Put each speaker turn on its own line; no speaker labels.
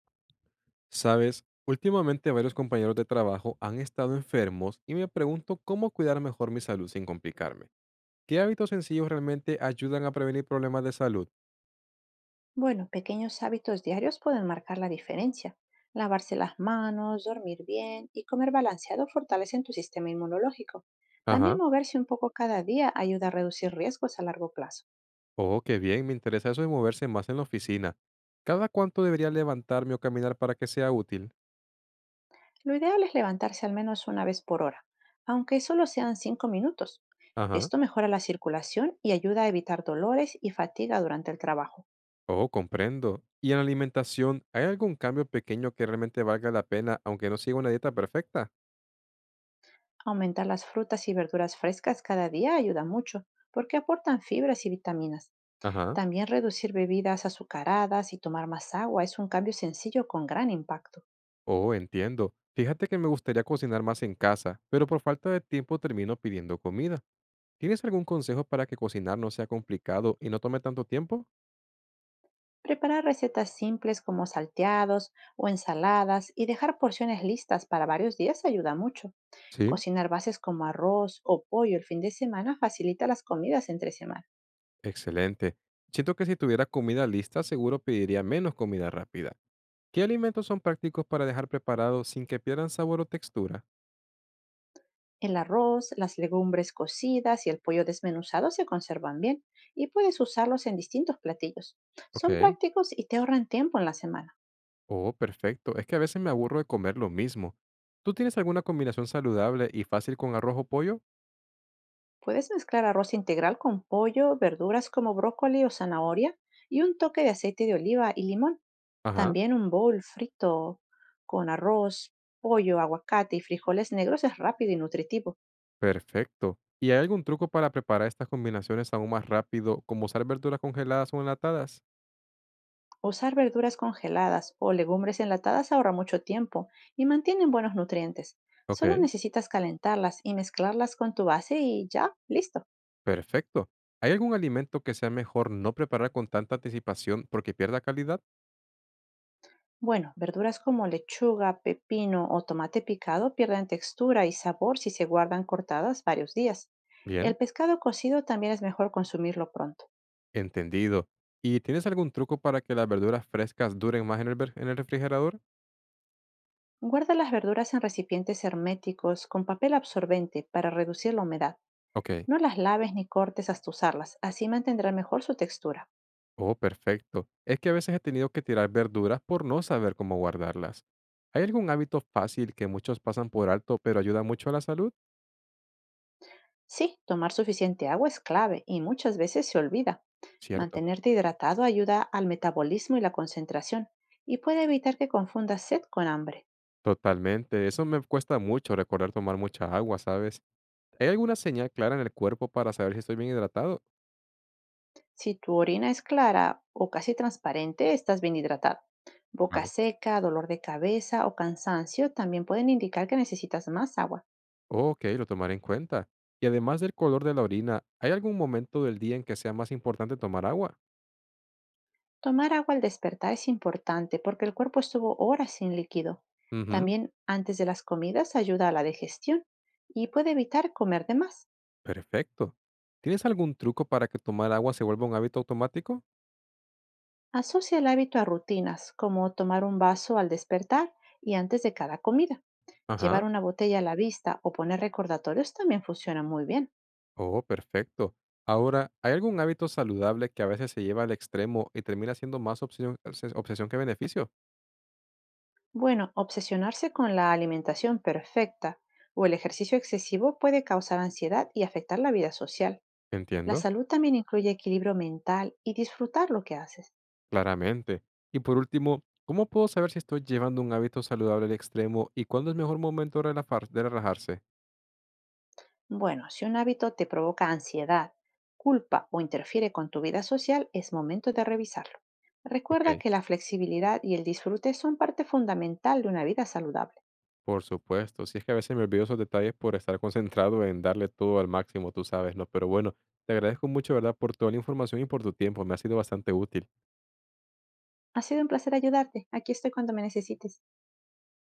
Sabes, últimamente varios compañeros de trabajo han estado enfermos y me pregunto cómo cuidar mejor mi salud sin complicarme. ¿Qué hábitos sencillos realmente ayudan a prevenir problemas de salud?
Bueno, pequeños hábitos diarios pueden marcar la diferencia. Lavarse las manos, dormir bien y comer balanceado fortalecen tu sistema inmunológico. También
Ajá.
moverse un poco cada día ayuda a reducir riesgos a largo plazo.
Oh, qué bien, me interesa eso de moverse más en la oficina. ¿Cada cuánto debería levantarme o caminar para que sea útil?
Lo ideal es levantarse al menos una vez por hora, aunque solo sean 5 minutos.
Ajá.
Esto mejora la circulación y ayuda a evitar dolores y fatiga durante el trabajo.
Oh, comprendo. ¿Y en la alimentación, hay algún cambio pequeño que realmente valga la pena, aunque no siga una dieta perfecta?
Aumentar las frutas y verduras frescas cada día ayuda mucho porque aportan fibras y vitaminas.
Ajá.
También reducir bebidas azucaradas y tomar más agua es un cambio sencillo con gran impacto.
Oh, entiendo. Fíjate que me gustaría cocinar más en casa, pero por falta de tiempo termino pidiendo comida. ¿Tienes algún consejo para que cocinar no sea complicado y no tome tanto tiempo?
Preparar recetas simples como salteados o ensaladas y dejar porciones listas para varios días ayuda mucho.
Sí,
Cocinar bases como arroz o pollo el fin de semana facilita las comidas entre semana.
excelente. Siento que si tuviera comida lista, seguro pediría menos comida rápida. ¿Qué alimentos son prácticos para dejar preparados sin que pierdan sabor o textura?
El arroz, las legumbres cocidas y el pollo desmenuzado se conservan bien y puedes usarlos en distintos platillos. Son
Ok.
prácticos y te ahorran tiempo en la semana.
Oh, perfecto. Es que a veces me aburro de comer lo mismo. ¿Tú tienes alguna combinación saludable y fácil con arroz o pollo?
Puedes mezclar arroz integral con pollo, verduras como brócoli o zanahoria y un toque de aceite de oliva y limón.
Ajá.
También un bowl frito con arroz, pollo, aguacate y frijoles negros es rápido y nutritivo.
Perfecto. ¿Y hay algún truco para preparar estas combinaciones aún más rápido, como usar verduras congeladas o enlatadas?
Usar verduras congeladas o legumbres enlatadas ahorra mucho tiempo y mantienen buenos nutrientes. Solo
Ok.
necesitas calentarlas y mezclarlas con tu base y ya, listo.
Perfecto. ¿Hay algún alimento que sea mejor no preparar con tanta anticipación porque pierda calidad?
Bueno, verduras como lechuga, pepino o tomate picado pierden textura y sabor si se guardan cortadas varios días.
Bien.
El pescado cocido también es mejor consumirlo pronto.
Entendido. ¿Y tienes algún truco para que las verduras frescas duren más en el refrigerador?
Guarda las verduras en recipientes herméticos con papel absorbente para reducir la humedad.
Ok.
No las laves ni cortes hasta usarlas, así mantendrán mejor su textura.
Oh, perfecto. Es que a veces he tenido que tirar verduras por no saber cómo guardarlas. ¿Hay algún hábito fácil que muchos pasan por alto pero ayuda mucho a la salud?
Sí, tomar suficiente agua es clave y muchas veces se olvida.
Cierto.
Mantenerte hidratado ayuda al metabolismo y la concentración y puede evitar que confundas sed con hambre.
Totalmente. Eso me cuesta mucho, recordar tomar mucha agua, ¿sabes? ¿Hay alguna señal clara en el cuerpo para saber si estoy bien hidratado?
Si tu orina es clara o casi transparente, estás bien hidratado. Boca
Vale.
seca, dolor de cabeza o cansancio también pueden indicar que necesitas más agua.
Ok, lo tomaré en cuenta. Y además del color de la orina, ¿hay algún momento del día en que sea más importante tomar agua?
Tomar agua al despertar es importante porque el cuerpo estuvo horas sin líquido.
Ujú,
También antes de las comidas ayuda a la digestión y puede evitar comer de más.
perfecto. ¿Tienes algún truco para que tomar agua se vuelva un hábito automático?
Asocia el hábito a rutinas como tomar un vaso al despertar y antes de cada comida.
Ajá.
Llevar una botella a la vista o poner recordatorios también funciona muy bien.
Oh, perfecto. Ahora, ¿hay algún hábito saludable que a veces se lleva al extremo y termina siendo más obsesión que beneficio?
Bueno, obsesionarse con la alimentación perfecta o el ejercicio excesivo puede causar ansiedad y afectar la vida social. La
Entiendo.
salud también incluye equilibrio mental y disfrutar lo que haces.
Claramente. Y por último, ¿cómo puedo saber si estoy llevando un hábito saludable al extremo y cuándo es mejor momento de relajarse?
Bueno, si un hábito te provoca ansiedad, culpa o interfiere con tu vida social, es momento de revisarlo. Recuerda
Ok,
que la flexibilidad y el disfrute son parte fundamental de una vida saludable.
por supuesto. Si es que a veces me olvido esos detalles por estar concentrado en darle todo al máximo, tú sabes, ¿no? Pero bueno, te agradezco mucho, ¿verdad?, por toda la información y por tu tiempo. Me ha sido bastante útil.
Ha sido un placer ayudarte. Aquí estoy cuando me necesites.